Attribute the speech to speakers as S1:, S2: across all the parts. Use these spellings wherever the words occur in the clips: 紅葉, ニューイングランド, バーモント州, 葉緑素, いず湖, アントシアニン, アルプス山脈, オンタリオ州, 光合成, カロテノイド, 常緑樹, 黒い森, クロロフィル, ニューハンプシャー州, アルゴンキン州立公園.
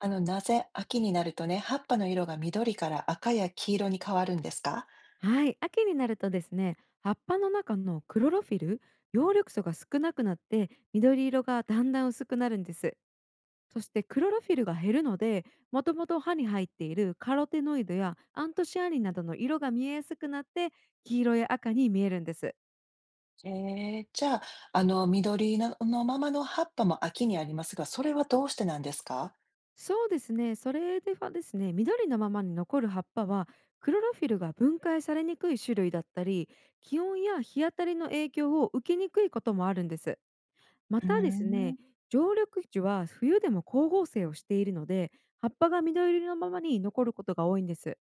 S1: なぜ秋になるとね、葉っぱの色が緑から赤や黄色に変わるんですか？
S2: はい、秋になるとですね、葉っぱの中のクロロフィル、葉緑素が少なくなって緑色がだんだん薄くなるんです。そしてクロロフィルが減るので、もともと歯に入っているカロテノイドやアントシアニンなどの色が見えやすくなって黄色や赤に見えるんです。
S1: じゃあ、緑ののままの葉っぱも秋にありますが、それはどうしてなんですか？
S2: そうですね、それではですね、緑のままに残る葉っぱはクロロフィルが分解されにくい種類だったり、気温や日当たりの影響を受けにくいこともあるんです。ま
S1: うー
S2: たですね、
S1: ん、
S2: 常緑樹は冬でも光合成をしているので、葉っぱが緑色のままに残ることが多いんです。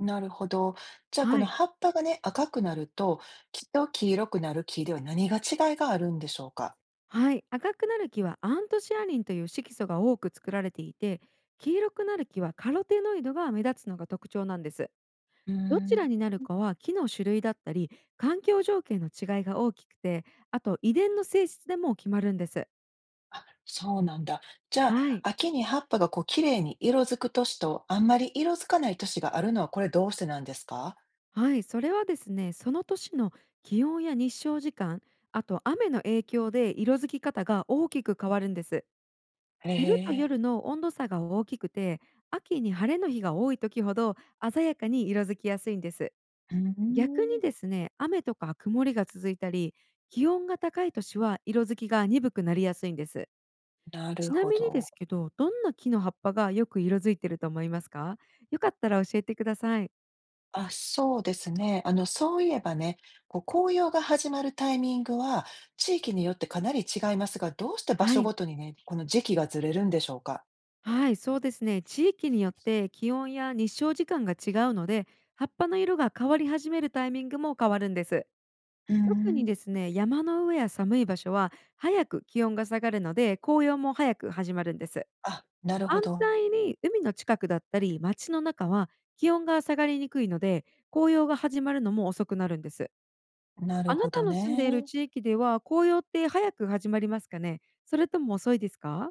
S1: なるほど。じゃあ、こ
S2: は
S1: の
S2: い。
S1: 葉っぱがね、赤くなると、きっと黄色くなる木では何が違いがあるんでしょうか？
S2: はい。赤くなる木はアントシアニンという色素が多く作られていて、黄色くなる木はカロテノイドが目立つのが特徴なんです。
S1: うー
S2: どち
S1: ん、
S2: らになるかは木の種類だったり、環境条件の違いが大きくて、あと遺伝の性質でも決まるんです。
S1: あ、そうなんだ。じゃあ、
S2: はい。
S1: 秋に葉っぱがこう、綺麗に色づく年と、あんまり色づかない年があるのは、これどうしてなんですか？
S2: はい、それはですね、その年の気温や日照時間、あと雨の影響で色づき方が大きく変わるんです。
S1: へ
S2: 昼と
S1: え。
S2: 夜の温度差が大きくて、秋に晴れの日が多い時ほど鮮やかに色づきやすいんです。
S1: うー
S2: 逆に
S1: ん。
S2: ですね、雨とか曇りが続いたり、気温が高い年は色づきが鈍くなりやすいんです。
S1: なる
S2: ちな
S1: ほ
S2: みにで
S1: ど。
S2: すけど、どんな木の葉っぱがよく色づいてると思いますか？よかったら教えてください。
S1: あ、そうですね。そういえばね、こう紅葉が始まるタイミングは、地域によってかなり違いますが、どうして場
S2: は
S1: 所
S2: い。
S1: ごとにね、この時期がずれるんでしょうか？
S2: はい、そうですね。地域によって気温や日照時間が違うので、葉っぱの色が変わり始めるタイミングも変わるんです。
S1: うー
S2: 特に
S1: ん。
S2: ですね、山の上や寒い場所は早く気温が下がるので、紅葉も早く始まるんです。
S1: あ、なるほ
S2: 反
S1: ど。
S2: 対に海の近くだったり街の中は気温が下がりにくいので、紅葉が始まるのも遅くなるんです。
S1: なる
S2: あな
S1: ほ
S2: た
S1: ど
S2: の住んでいる
S1: ね。
S2: 地域では紅葉って早く始まりますかね、それとも遅いですか？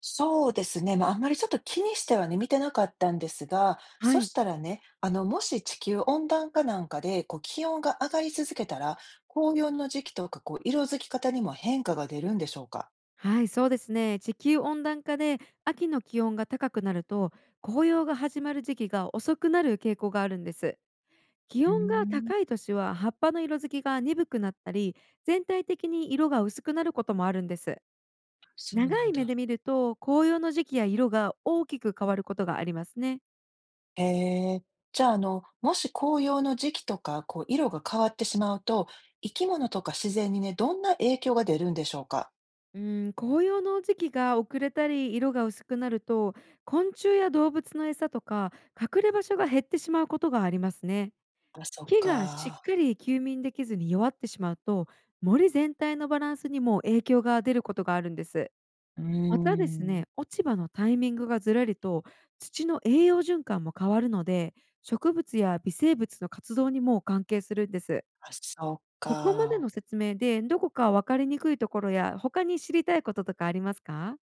S1: そうですね。まあ、あんまりちょっと気にしてはね、見てなかったんですが、
S2: は
S1: そ
S2: い。
S1: したらね、もし地球温暖化なんかで、こう気温が上がり続けたら、紅葉の時期とか、こう色づき方にも変化が出るんでしょうか？
S2: はい、そうですね。地球温暖化で秋の気温が高くなると紅葉が始まる時期が遅くなる傾向があるんです。気
S1: うー
S2: 温が
S1: ん。
S2: 高い年は葉っぱの色づきが鈍くなったり、全体的に色が薄くなることもあるんです。
S1: そう
S2: 長
S1: なん
S2: い目
S1: だ。
S2: で見ると紅葉の時期や色が大きく変わることがありますね。
S1: へえ。じゃあ、もし紅葉の時期とか、こう、色が変わってしまうと、生き物とか自然にね、どんな影響が出るんでしょうか？
S2: うん、紅葉の時期が遅れたり色が薄くなると、昆虫や動物の餌とか隠れ場所が減ってしまうことがありますね。
S1: あ、そっ
S2: 木がしっ
S1: か。
S2: かり休眠できずに弱ってしまうと、森全体のバランスにも影響が出ることがあるんです。
S1: うー
S2: またです
S1: ん。
S2: ね、落ち葉のタイミングがずれると、土の栄養循環も変わるので、植物や微生物の活動にも関係するんです。
S1: あ、そっ
S2: ここまで
S1: か。
S2: の説明で、どこか分かりにくいところや、他に知りたいこととかありますか？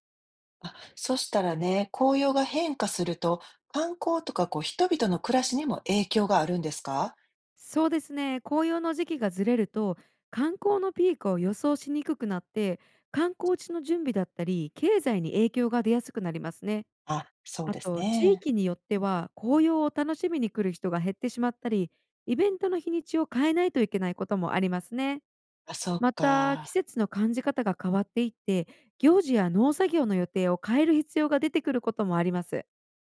S1: あ、そしたらね、紅葉が変化すると、観光とか、こう、人々の暮らしにも影響があるんですか？
S2: そうですね。紅葉の時期がずれると、観光のピークを予想しにくくなって、観光地の準備だったり、経済に影響が出やすくなりますね。
S1: あ、そう
S2: あ
S1: です
S2: と、地
S1: ね。
S2: 域によっては、紅葉を楽しみに来る人が減ってしまったり、イベントの日にちを変えないといけないこともありますね。
S1: あ、そっ
S2: また、季
S1: か。
S2: 節の感じ方が変わっていって、行事や農作業の予定を変える必要が出てくることもあります。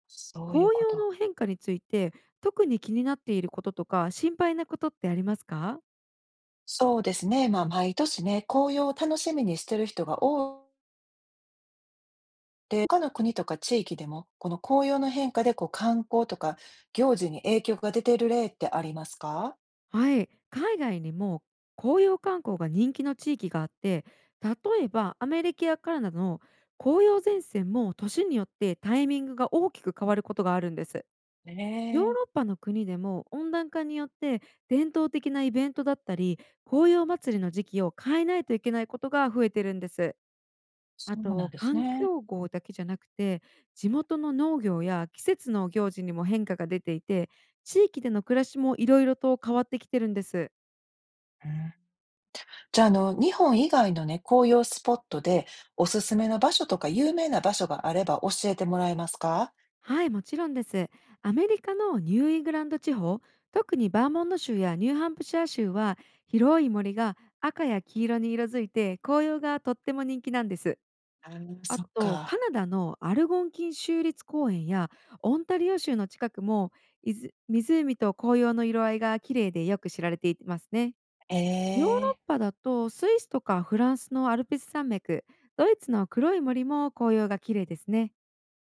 S1: そういう
S2: 紅
S1: こ
S2: 葉
S1: と。
S2: の変化について、特に気になっていることとか、心配なことってありますか？
S1: そうですね、まあ、毎年ね、紅葉を楽しみにしてる人が多いで、他の国とか地域でも、この紅葉の変化でこう観光とか行事に影響が出てる例ってありますか？
S2: はい、海外にも紅葉観光が人気の地域があって、例えばアメリカやカナダの紅葉前線も年によってタイミングが大きく変わることがあるんです。
S1: え
S2: ヨー
S1: え、
S2: ロッパの国でも温暖化によって伝統的なイベントだったり紅葉祭りの時期を変えないといけないことが増えてるんです。
S1: そ
S2: あ
S1: うなん
S2: と、
S1: です
S2: 環
S1: ね。
S2: 境号だけじゃなくて、地元の農業や季節の行事にも変化が出ていて、地域での暮らしもいろいろと変わってきてるんです。
S1: うん。じゃあ、日本以外のね、紅葉スポットでおすすめの場所とか有名な場所があれば教えてもらえますか？
S2: はい、もちろんです。アメリカのニューイングランド地方、特にバーモント州やニューハンプシャー州は広い森が赤や黄色に色づいて紅葉がとっても人気なんです。
S1: あー、
S2: あ
S1: そっ
S2: と、カ
S1: か。
S2: ナダのアルゴンキン州立公園やオンタリオ州の近くも、いず湖と紅葉の色合いが綺麗でよく知られていますね。
S1: え
S2: ヨーロッ
S1: え、
S2: パだとスイスとかフランスのアルプス山脈、ドイツの黒い森も紅葉が綺麗ですね。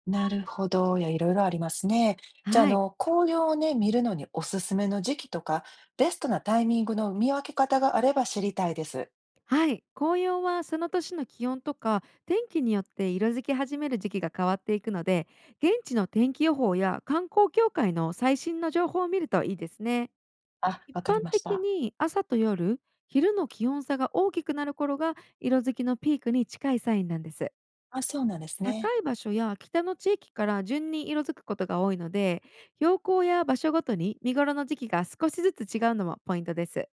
S1: なるほど。いや、いろいろありますね。じゃあ、
S2: はい。
S1: 紅葉をね、見るのにおすすめの時期とか、ベストなタイミングの見分け方があれば知りたいです。
S2: はい、紅葉はその年の気温とか天気によって色づき始める時期が変わっていくので、現地の天気予報や観光協会の最新の情報を見るといいですね。
S1: あ、
S2: 一
S1: わかり
S2: 般
S1: まし
S2: 的
S1: た。
S2: に朝と夜、昼の気温差が大きくなる頃が色づきのピークに近いサインなんです。
S1: あ、そうなんですね。
S2: 高い場所や北の地域から順に色づくことが多いので、標高や場所ごとに見頃の時期が少しずつ違うのもポイントです。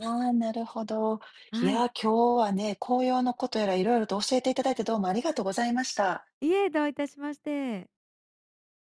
S1: ああ、なるほど。い
S2: はい、
S1: や、今日はね、紅葉のことやらいろいろと教えていただいてどうもありがとうございました。
S2: いえ、どういたしまして。